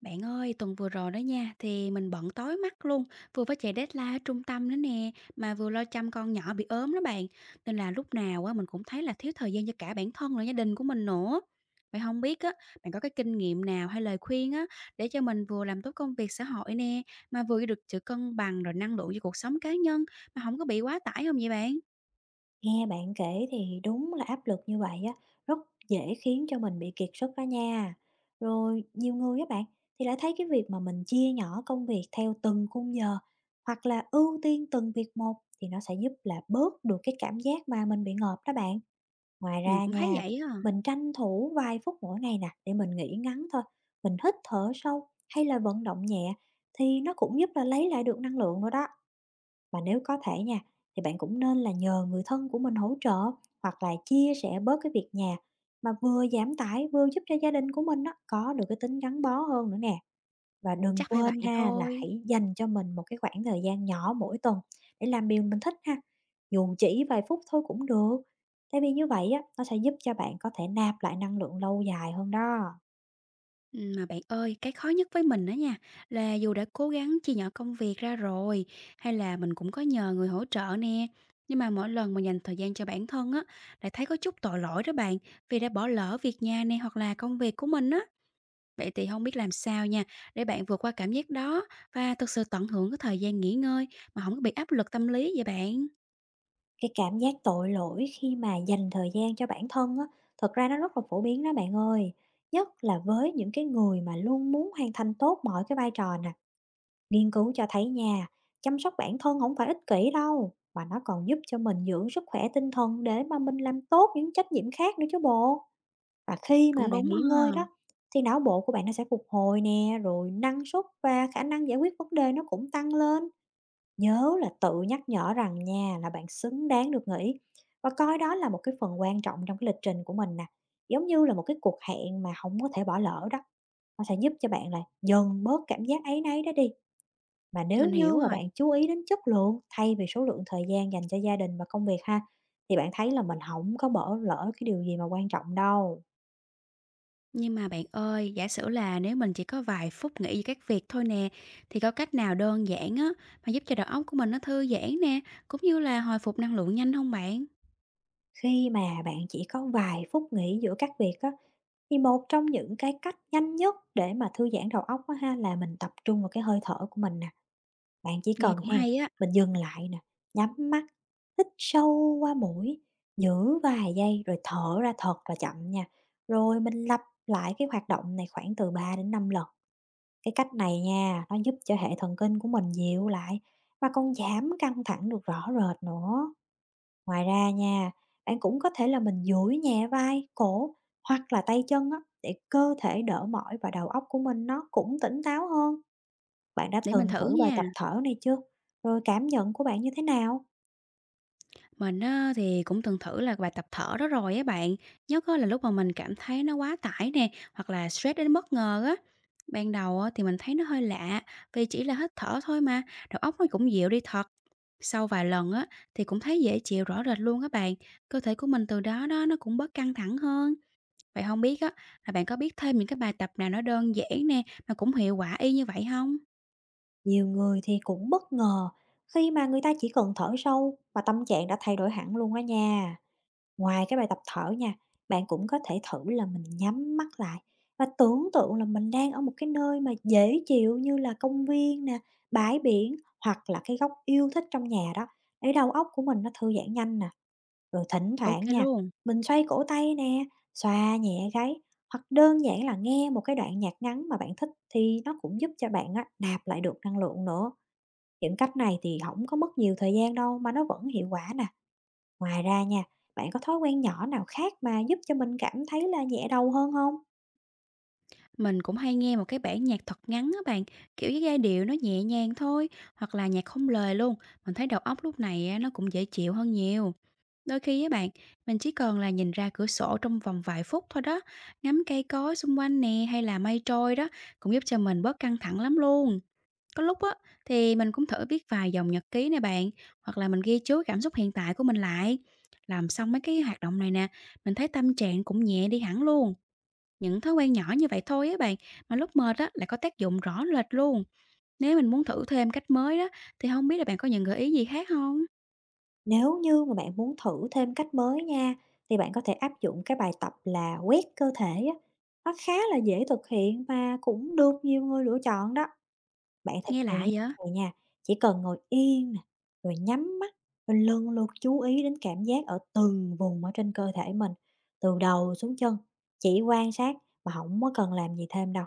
Bạn ơi, tuần vừa rồi đó nha, thì mình bận tối mắt luôn, vừa phải chạy deadline ở trung tâm nữa nè, mà vừa lo chăm con nhỏ bị ốm đó bạn. Nên là lúc nào á mình cũng thấy là thiếu thời gian cho cả bản thân lẫn gia đình của mình nữa. Vậy không biết á, bạn có cái kinh nghiệm nào hay lời khuyên á để cho mình vừa làm tốt công việc xã hội nè, mà vừa được sự cân bằng rồi năng lượng cho cuộc sống cá nhân mà không có bị quá tải không vậy bạn? Nghe bạn kể thì đúng là áp lực như vậy á, rất dễ khiến cho mình bị kiệt sức đó nha. Rồi nhiều người á bạn thì lại thấy cái việc mà mình chia nhỏ công việc theo từng khung giờ hoặc là ưu tiên từng việc một thì nó sẽ giúp là bớt được cái cảm giác mà mình bị ngợp đó bạn. Ngoài Mình ra cũng thấy nha, vậy á, mình tranh thủ vài phút mỗi ngày nè để mình nghỉ ngắn thôi, mình hít thở sâu hay là vận động nhẹ thì nó cũng giúp là lấy lại được năng lượng nữa đó. Và nếu có thể nha, thì bạn cũng nên là nhờ người thân của mình hỗ trợ hoặc là chia sẻ bớt cái việc nhà, mà vừa giảm tải vừa giúp cho gia đình của mình á, có được cái tính gắn bó hơn nữa nè. Và đừng chắc phải quên vậy ha là thôi. hãy dành cho mình một cái khoảng thời gian nhỏ mỗi tuần để làm điều mình thích ha. Dù chỉ vài phút thôi cũng được. Tại vì như vậy á, nó sẽ giúp cho bạn có thể nạp lại năng lượng lâu dài hơn đó. Mà bạn ơi, cái khó nhất với mình đó nha, là dù đã cố gắng chia nhỏ công việc ra rồi, hay là mình cũng có nhờ người hỗ trợ nè, nhưng mà mỗi lần mà dành thời gian cho bản thân á, lại thấy có chút tội lỗi đó bạn, vì đã bỏ lỡ việc nhà nè hoặc là công việc của mình á. Vậy thì không biết làm sao nha, để bạn vượt qua cảm giác đó và thực sự tận hưởng cái thời gian nghỉ ngơi mà không có bị áp lực tâm lý vậy bạn? Cái cảm giác tội lỗi khi mà dành thời gian cho bản thân á, thật ra nó rất là phổ biến đó bạn ơi. Nhất là với những cái người mà luôn muốn hoàn thành tốt mọi cái vai trò nè. Nghiên cứu cho thấy nha, chăm sóc bản thân không phải ích kỷ đâu, mà nó còn giúp cho mình dưỡng sức khỏe tinh thần để mà mình làm tốt những trách nhiệm khác nữa chứ bộ. Và khi mà Cũng bạn đúng nghỉ ngơi ha, đó, thì não bộ của bạn nó sẽ phục hồi nè, rồi năng suất và khả năng giải quyết vấn đề nó cũng tăng lên. Nhớ là tự nhắc nhở rằng nha, là bạn xứng đáng được nghỉ và coi đó là một cái phần quan trọng trong cái lịch trình của mình nè, giống như là một cái cuộc hẹn mà không có thể bỏ lỡ đó. Nó sẽ giúp cho bạn là dần bớt cảm giác áy náy đó đi, mà nếu mình như hiểu mà rồi. bạn chú ý đến chất lượng thay vì số lượng thời gian dành cho gia đình và công việc ha, thì bạn thấy là mình không có bỏ lỡ cái điều gì mà quan trọng đâu. Nhưng mà bạn ơi, giả sử là nếu mình chỉ có vài phút nghĩ về các việc thôi nè, thì có cách nào đơn giản á mà giúp cho đầu óc của mình nó thư giãn nè, cũng như là hồi phục năng lượng nhanh không bạn? Khi mà bạn chỉ có vài phút nghỉ giữa các việc á, thì một trong những cái cách nhanh nhất để mà thư giãn đầu óc á ha, là mình tập trung vào cái hơi thở của mình nè. Bạn chỉ Nghe cần cũng hen, hay á, mình dừng lại nè, nhắm mắt, hít sâu qua mũi, giữ vài giây rồi thở ra thật là chậm nha. Rồi mình lặp lại cái hoạt động này khoảng từ 3 đến 5 lần. Cái cách này nha, nó giúp cho hệ thần kinh của mình dịu lại và còn giảm căng thẳng được rõ rệt nữa. Ngoài ra nha, bạn cũng có thể là mình duỗi nhẹ vai, cổ hoặc là tay chân á, để cơ thể đỡ mỏi và đầu óc của mình nó cũng tỉnh táo hơn. Bạn đã để mình từng thử thử bài nha. tập thở này chưa? Rồi cảm nhận của bạn như thế nào? Mình á, thì cũng từng thử là bài tập thở đó rồi á bạn, nhất á là lúc mà mình cảm thấy nó quá tải nè, hoặc là stress đến bất ngờ á. Ban đầu á, thì mình thấy nó hơi lạ, vì chỉ là hít thở thôi mà, đầu óc nó cũng dịu đi thật. Sau vài lần á, thì cũng thấy dễ chịu rõ rệt luôn các bạn, cơ thể của mình từ đó đó nó cũng bớt căng thẳng hơn. Vậy không biết á, là bạn có biết thêm những cái bài tập nào nó đơn giản nè, mà cũng hiệu quả y như vậy không? Nhiều người thì cũng bất ngờ khi mà người ta chỉ cần thở sâu mà tâm trạng đã thay đổi hẳn luôn đó nha. Ngoài cái bài tập thở nha, bạn cũng có thể thử là mình nhắm mắt lại và tưởng tượng là mình đang ở một cái nơi mà dễ chịu, như là công viên nè, bãi biển hoặc là cái góc yêu thích trong nhà đó, để đầu óc của mình nó thư giãn nhanh nè. Rồi thỉnh OK thoảng nha, luôn. mình xoay cổ tay nè, xoa nhẹ gáy hoặc đơn giản là nghe một cái đoạn nhạc ngắn mà bạn thích thì nó cũng giúp cho bạn á, nạp lại được năng lượng nữa. Những cách này thì không có mất nhiều thời gian đâu mà nó vẫn hiệu quả nè. Ngoài ra nha, bạn có thói quen nhỏ nào khác mà giúp cho mình cảm thấy là nhẹ đầu hơn không? Mình cũng hay nghe một cái bản nhạc thật ngắn á bạn, kiểu với giai điệu nó nhẹ nhàng thôi, hoặc là nhạc không lời luôn. Mình thấy đầu óc lúc này á, nó cũng dễ chịu hơn nhiều. Đôi khi á bạn, mình chỉ cần là nhìn ra cửa sổ trong vòng vài phút thôi đó, ngắm cây cối xung quanh nè hay là mây trôi đó, cũng giúp cho mình bớt căng thẳng lắm luôn. Có lúc á, thì mình cũng thử viết vài dòng nhật ký nè bạn, hoặc là mình ghi chú cảm xúc hiện tại của mình lại. Làm xong mấy cái hoạt động này nè, mình thấy tâm trạng cũng nhẹ đi hẳn luôn. Những thói quen nhỏ như vậy thôi á bạn, mà lúc mệt á lại có tác dụng rõ rệt luôn. Nếu mình muốn thử thêm cách mới đó, thì không biết là bạn có những gợi ý gì khác không? Nếu như mà bạn muốn thử thêm cách mới nha, thì bạn có thể áp dụng cái bài tập là quét cơ thể á, nó khá là dễ thực hiện và cũng được nhiều người lựa chọn đó. Bạn thực Nghe hiện lạ như vậy? thế này nha, chỉ cần ngồi yên nè, rồi nhắm mắt, rồi lần lượt chú ý đến cảm giác ở từng vùng ở trên cơ thể mình, từ đầu xuống chân, chỉ quan sát mà không có cần làm gì thêm đâu.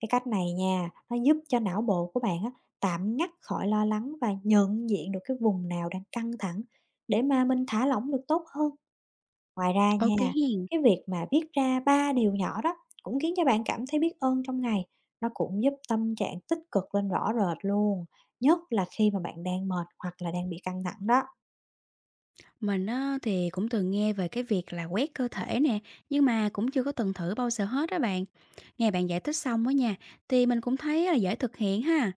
Cái cách này nha, nó giúp cho não bộ của bạn á, tạm ngắt khỏi lo lắng và nhận diện được cái vùng nào đang căng thẳng để mà mình thả lỏng được tốt hơn. Ngoài ra Ok nha, hiền. cái việc mà viết ra 3 điều nhỏ đó cũng khiến cho bạn cảm thấy biết ơn trong ngày, nó cũng giúp tâm trạng tích cực lên rõ rệt luôn, nhất là khi mà bạn đang mệt hoặc là đang bị căng thẳng đó. Mình á thì cũng từng nghe về cái việc là quét cơ thể nè, nhưng mà cũng chưa có từng thử bao giờ hết á bạn. Nghe bạn giải thích xong đó nha, thì mình cũng thấy là dễ thực hiện ha.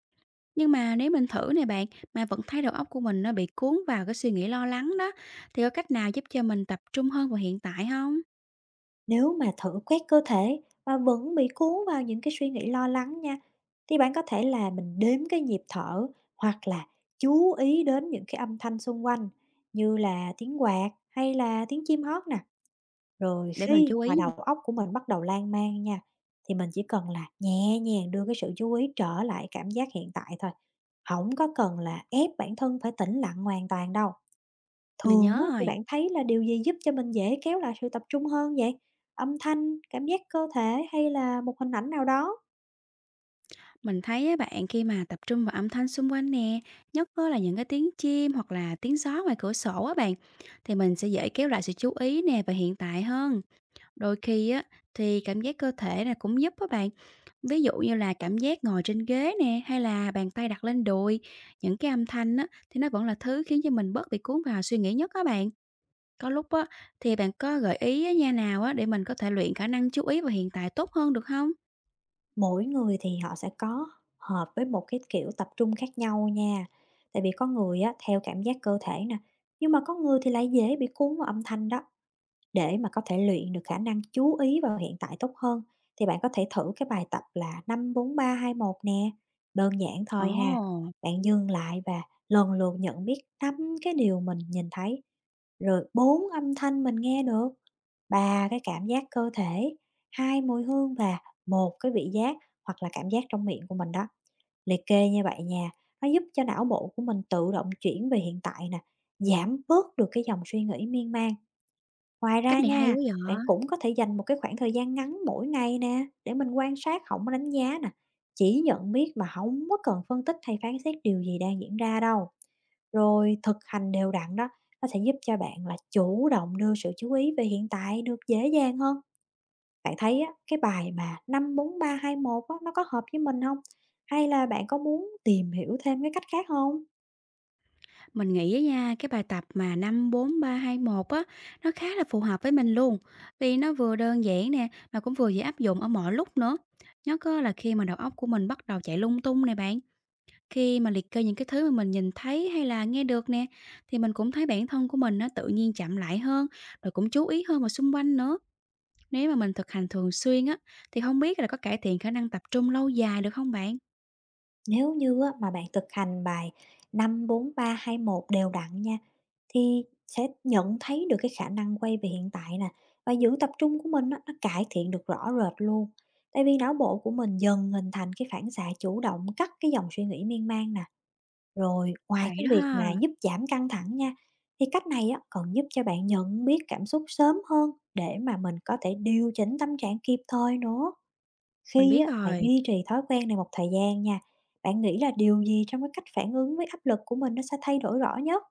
Nhưng mà nếu mình thử nè bạn, mà vẫn thấy đầu óc của mình nó bị cuốn vào cái suy nghĩ lo lắng đó, thì có cách nào giúp cho mình tập trung hơn vào hiện tại không? Nếu mà thử quét cơ thể mà vẫn bị cuốn vào những cái suy nghĩ lo lắng nha, thì bạn có thể là mình đếm cái nhịp thở hoặc là chú ý đến những cái âm thanh xung quanh như là tiếng quạt hay là tiếng chim hót nè. Rồi Để mình khi chú ý, mà đầu óc của mình bắt đầu lan man nha, thì mình chỉ cần là nhẹ nhàng đưa cái sự chú ý trở lại cảm giác hiện tại thôi, không có cần là ép bản thân phải tĩnh lặng hoàn toàn đâu. mình Thường nhớ á, thì rồi. bạn thấy là điều gì giúp cho mình dễ kéo lại sự tập trung hơn vậy? Âm thanh, cảm giác cơ thể hay là một hình ảnh nào đó? Mình thấy á bạn khi mà tập trung vào âm thanh xung quanh nè, nhất á là những cái tiếng chim hoặc là tiếng gió ngoài cửa sổ á bạn, thì mình sẽ dễ kéo lại sự chú ý nè và hiện tại hơn. Đôi khi á thì cảm giác cơ thể này cũng giúp á bạn. Ví dụ như là cảm giác ngồi trên ghế nè hay là bàn tay đặt lên đùi, những cái âm thanh á thì nó vẫn là thứ khiến cho mình bớt bị cuốn vào suy nghĩ nhất á bạn. Có lúc á thì bạn có gợi ý á, nha nào á để mình có thể luyện khả năng chú ý và hiện tại tốt hơn được không? Mỗi người thì họ sẽ có hợp với một cái kiểu tập trung khác nhau nha. Tại vì có người á, theo cảm giác cơ thể nè, nhưng mà có người thì lại dễ bị cuốn vào âm thanh đó. Để mà có thể luyện được khả năng chú ý vào hiện tại tốt hơn, thì bạn có thể thử cái bài tập là 5-4-3-2-1 nè, đơn giản thôi ha. Ồ, Bạn dừng lại và lần lượt nhận biết 5 cái điều mình nhìn thấy, rồi 4 âm thanh mình nghe được, 3 cái cảm giác cơ thể, 2 mùi hương và một cái vị giác hoặc là cảm giác trong miệng của mình đó. Liệt kê như vậy nha, nó giúp cho não bộ của mình tự động chuyển về hiện tại nè, giảm bớt được cái dòng suy nghĩ miên man. Ngoài cách ra này hay nha, quá bạn vậy. cũng có thể dành một cái khoảng thời gian ngắn mỗi ngày nè để mình quan sát, không có đánh giá nè, chỉ nhận biết mà không có cần phân tích hay phán xét điều gì đang diễn ra đâu. Rồi thực hành đều đặn đó, nó sẽ giúp cho bạn là chủ động đưa sự chú ý về hiện tại được dễ dàng hơn. Bạn thấy á, cái bài mà 5-4-3-2-1 á, nó có hợp với mình không? Hay là bạn có muốn tìm hiểu thêm cái cách khác không? Mình nghĩ á nha, cái bài tập mà 5-4-3-2-1 á, nó khá là phù hợp với mình luôn, vì nó vừa đơn giản nè, mà cũng vừa dễ áp dụng ở mọi lúc nữa. Nhất á là khi mà đầu óc của mình bắt đầu chạy lung tung nè bạn, khi mà liệt kê những cái thứ mà mình nhìn thấy hay là nghe được nè, thì mình cũng thấy bản thân của mình nó tự nhiên chậm lại hơn, rồi cũng chú ý hơn vào xung quanh nữa. Nếu mà mình thực hành thường xuyên á, thì không biết là có cải thiện khả năng tập trung lâu dài được không bạn? Nếu như á, mà bạn thực hành bài 5-4-3-2-1 đều đặn nha, thì sẽ nhận thấy được cái khả năng quay về hiện tại nè, và giữ tập trung của mình á, nó cải thiện được rõ rệt luôn. Tại vì não bộ của mình dần hình thành cái phản xạ chủ động cắt cái dòng suy nghĩ miên man nè. Rồi ngoài Vậy cái đó việc ha, mà giúp giảm căng thẳng nha, thì cách này á, còn giúp cho bạn nhận biết cảm xúc sớm hơn để mà mình có thể điều chỉnh tâm trạng kịp thời nữa. mình Khi biết á, bạn rồi. duy trì thói quen này một thời gian nha, bạn nghĩ là điều gì trong cái cách phản ứng với áp lực của mình nó sẽ thay đổi rõ nhất?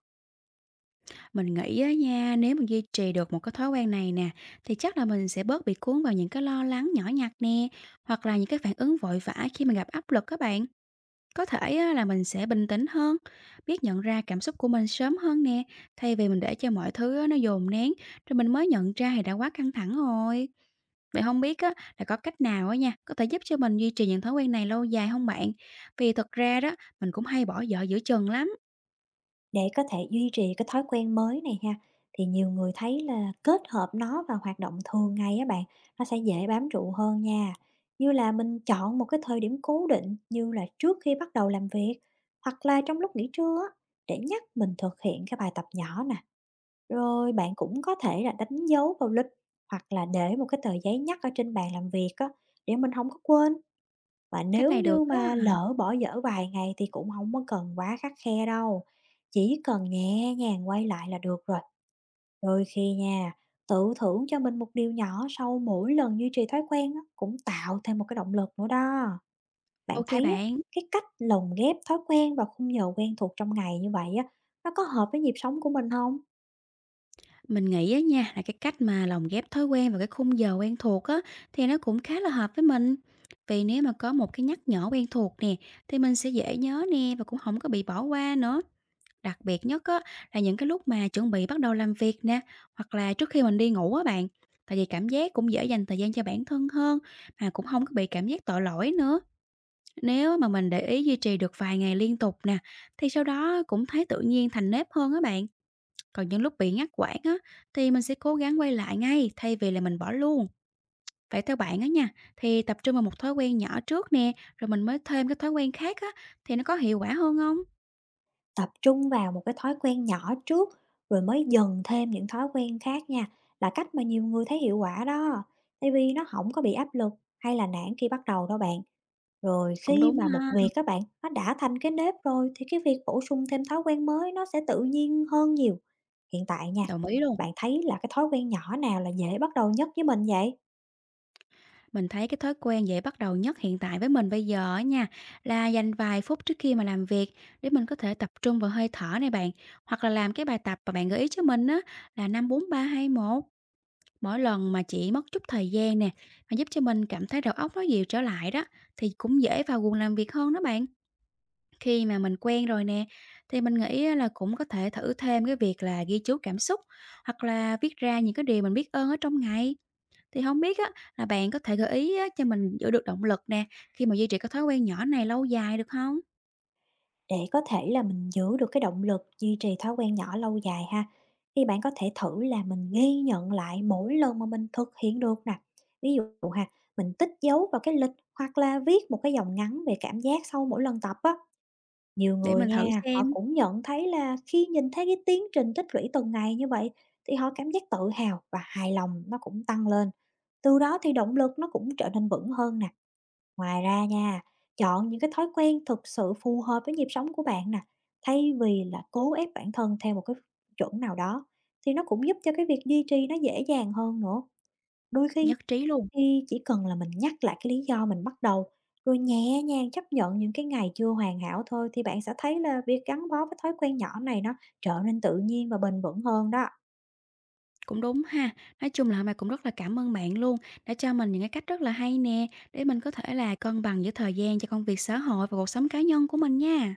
Mình nghĩ á nha, nếu mình duy trì được một cái thói quen này nè, thì chắc là mình sẽ bớt bị cuốn vào những cái lo lắng nhỏ nhặt nè, hoặc là những cái phản ứng vội vã khi mà gặp áp lực các bạn. Có thể á, là mình sẽ bình tĩnh hơn, biết nhận ra cảm xúc của mình sớm hơn nè, thay vì mình để cho mọi thứ á, nó dồn nén, rồi mình mới nhận ra thì đã quá căng thẳng rồi. Vậy không biết á, là có cách nào á nha, có thể giúp cho mình duy trì những thói quen này lâu dài không bạn? Vì thật ra đó, mình cũng hay bỏ dở giữa chừng lắm. Để có thể duy trì cái thói quen mới này ha, thì nhiều người thấy là kết hợp nó vào hoạt động thường ngày á bạn, nó sẽ dễ bám trụ hơn nha. Như là mình chọn một cái thời điểm cố định, như là trước khi bắt đầu làm việc hoặc là trong lúc nghỉ trưa á, để nhắc mình thực hiện cái bài tập nhỏ nè. Rồi bạn cũng có thể là đánh dấu vào lịch hoặc là để một cái tờ giấy nhắc ở trên bàn làm việc á, để mình không có quên. Và Cách nếu này được như mà á. lỡ bỏ dở vài ngày thì cũng không có cần quá khắt khe đâu, chỉ cần nhẹ nhàng quay lại là được rồi. Đôi khi nha, tự thưởng cho mình một điều nhỏ sau mỗi lần duy trì thói quen á, cũng tạo thêm một cái động lực nữa đó. Bạn OK thấy á, bạn. cái cách lồng ghép thói quen và khung giờ quen thuộc trong ngày như vậy á, nó có hợp với nhịp sống của mình không? Mình nghĩ á nha, là cái cách mà lồng ghép thói quen vào cái khung giờ quen thuộc á, thì nó cũng khá là hợp với mình. Vì nếu mà có một cái nhắc nhở quen thuộc nè, thì mình sẽ dễ nhớ nè và cũng không có bị bỏ qua nữa. Đặc biệt nhất á, là những cái lúc mà chuẩn bị bắt đầu làm việc nè, hoặc là trước khi mình đi ngủ á bạn. Tại vì cảm giác cũng dễ dành thời gian cho bản thân hơn, mà cũng không có bị cảm giác tội lỗi nữa. Nếu mà mình để ý duy trì được vài ngày liên tục nè, thì sau đó cũng thấy tự nhiên thành nếp hơn á bạn. Còn những lúc bị ngắt quãng á, thì mình sẽ cố gắng quay lại ngay thay vì là mình bỏ luôn. Vậy theo bạn á nha, thì tập trung vào một thói quen nhỏ trước nè, rồi mình mới thêm cái thói quen khác á, thì nó có hiệu quả hơn không? Tập trung vào một cái thói quen nhỏ trước, rồi mới dần thêm những thói quen khác nha, là cách mà nhiều người thấy hiệu quả đó, tại vì nó không có bị áp lực hay là nản khi bắt đầu đâu bạn. Rồi Cũng khi đúng mà một ha, việc các bạn, nó đã thành cái nếp rồi thì cái việc bổ sung thêm thói quen mới nó sẽ tự nhiên hơn nhiều. Hiện tại nha, đồng ý luôn. bạn thấy là cái thói quen nhỏ nào là dễ bắt đầu nhất với mình vậy? Mình thấy cái thói quen dễ bắt đầu nhất hiện tại với mình bây giờ á nha, là dành vài phút trước khi mà làm việc để mình có thể tập trung vào hơi thở này bạn, hoặc là làm cái bài tập mà bạn gợi ý cho mình á, là 5-4-3-2-1. Mỗi lần mà chị mất chút thời gian nè, mà giúp cho mình cảm thấy đầu óc nó dịu trở lại đó, thì cũng dễ vào guồng làm việc hơn đó bạn. Khi mà mình quen rồi nè, thì mình nghĩ á là cũng có thể thử thêm cái việc là ghi chú cảm xúc hoặc là viết ra những cái điều mình biết ơn ở trong ngày. Thì không biết á, là bạn có thể gợi ý á, cho mình giữ được động lực nè, khi mà duy trì cái thói quen nhỏ này lâu dài được không? Để có thể là mình giữ được cái động lực duy trì thói quen nhỏ lâu dài ha, thì bạn có thể thử là mình ghi nhận lại mỗi lần mà mình thực hiện được nè. Ví dụ ha, mình tích dấu vào cái lịch hoặc là viết một cái dòng ngắn về cảm giác sau mỗi lần tập á. Nhiều Để người mình thử nha, họ xem. cũng nhận thấy là khi nhìn thấy cái tiến trình tích lũy từng ngày như vậy, thì họ cảm giác tự hào và hài lòng nó cũng tăng lên. Từ đó thì động lực nó cũng trở nên vững hơn nè. Ngoài ra nha, chọn những cái thói quen thực sự phù hợp với nhịp sống của bạn nè, thay vì là cố ép bản thân theo một cái chuẩn nào đó thì nó cũng giúp cho cái việc duy trì nó dễ dàng hơn nữa. Đôi khi Nhất trí luôn. thì chỉ cần là mình nhắc lại cái lý do mình bắt đầu rồi nhẹ nhàng chấp nhận những cái ngày chưa hoàn hảo thôi, thì bạn sẽ thấy là việc gắn bó với thói quen nhỏ này nó trở nên tự nhiên và bền vững hơn đó. Cũng đúng ha. Nói chung là hôm nay cũng rất là cảm ơn bạn luôn, đã cho mình những cái cách rất là hay nè, để mình có thể là cân bằng giữa thời gian cho công việc xã hội và cuộc sống cá nhân của mình nha.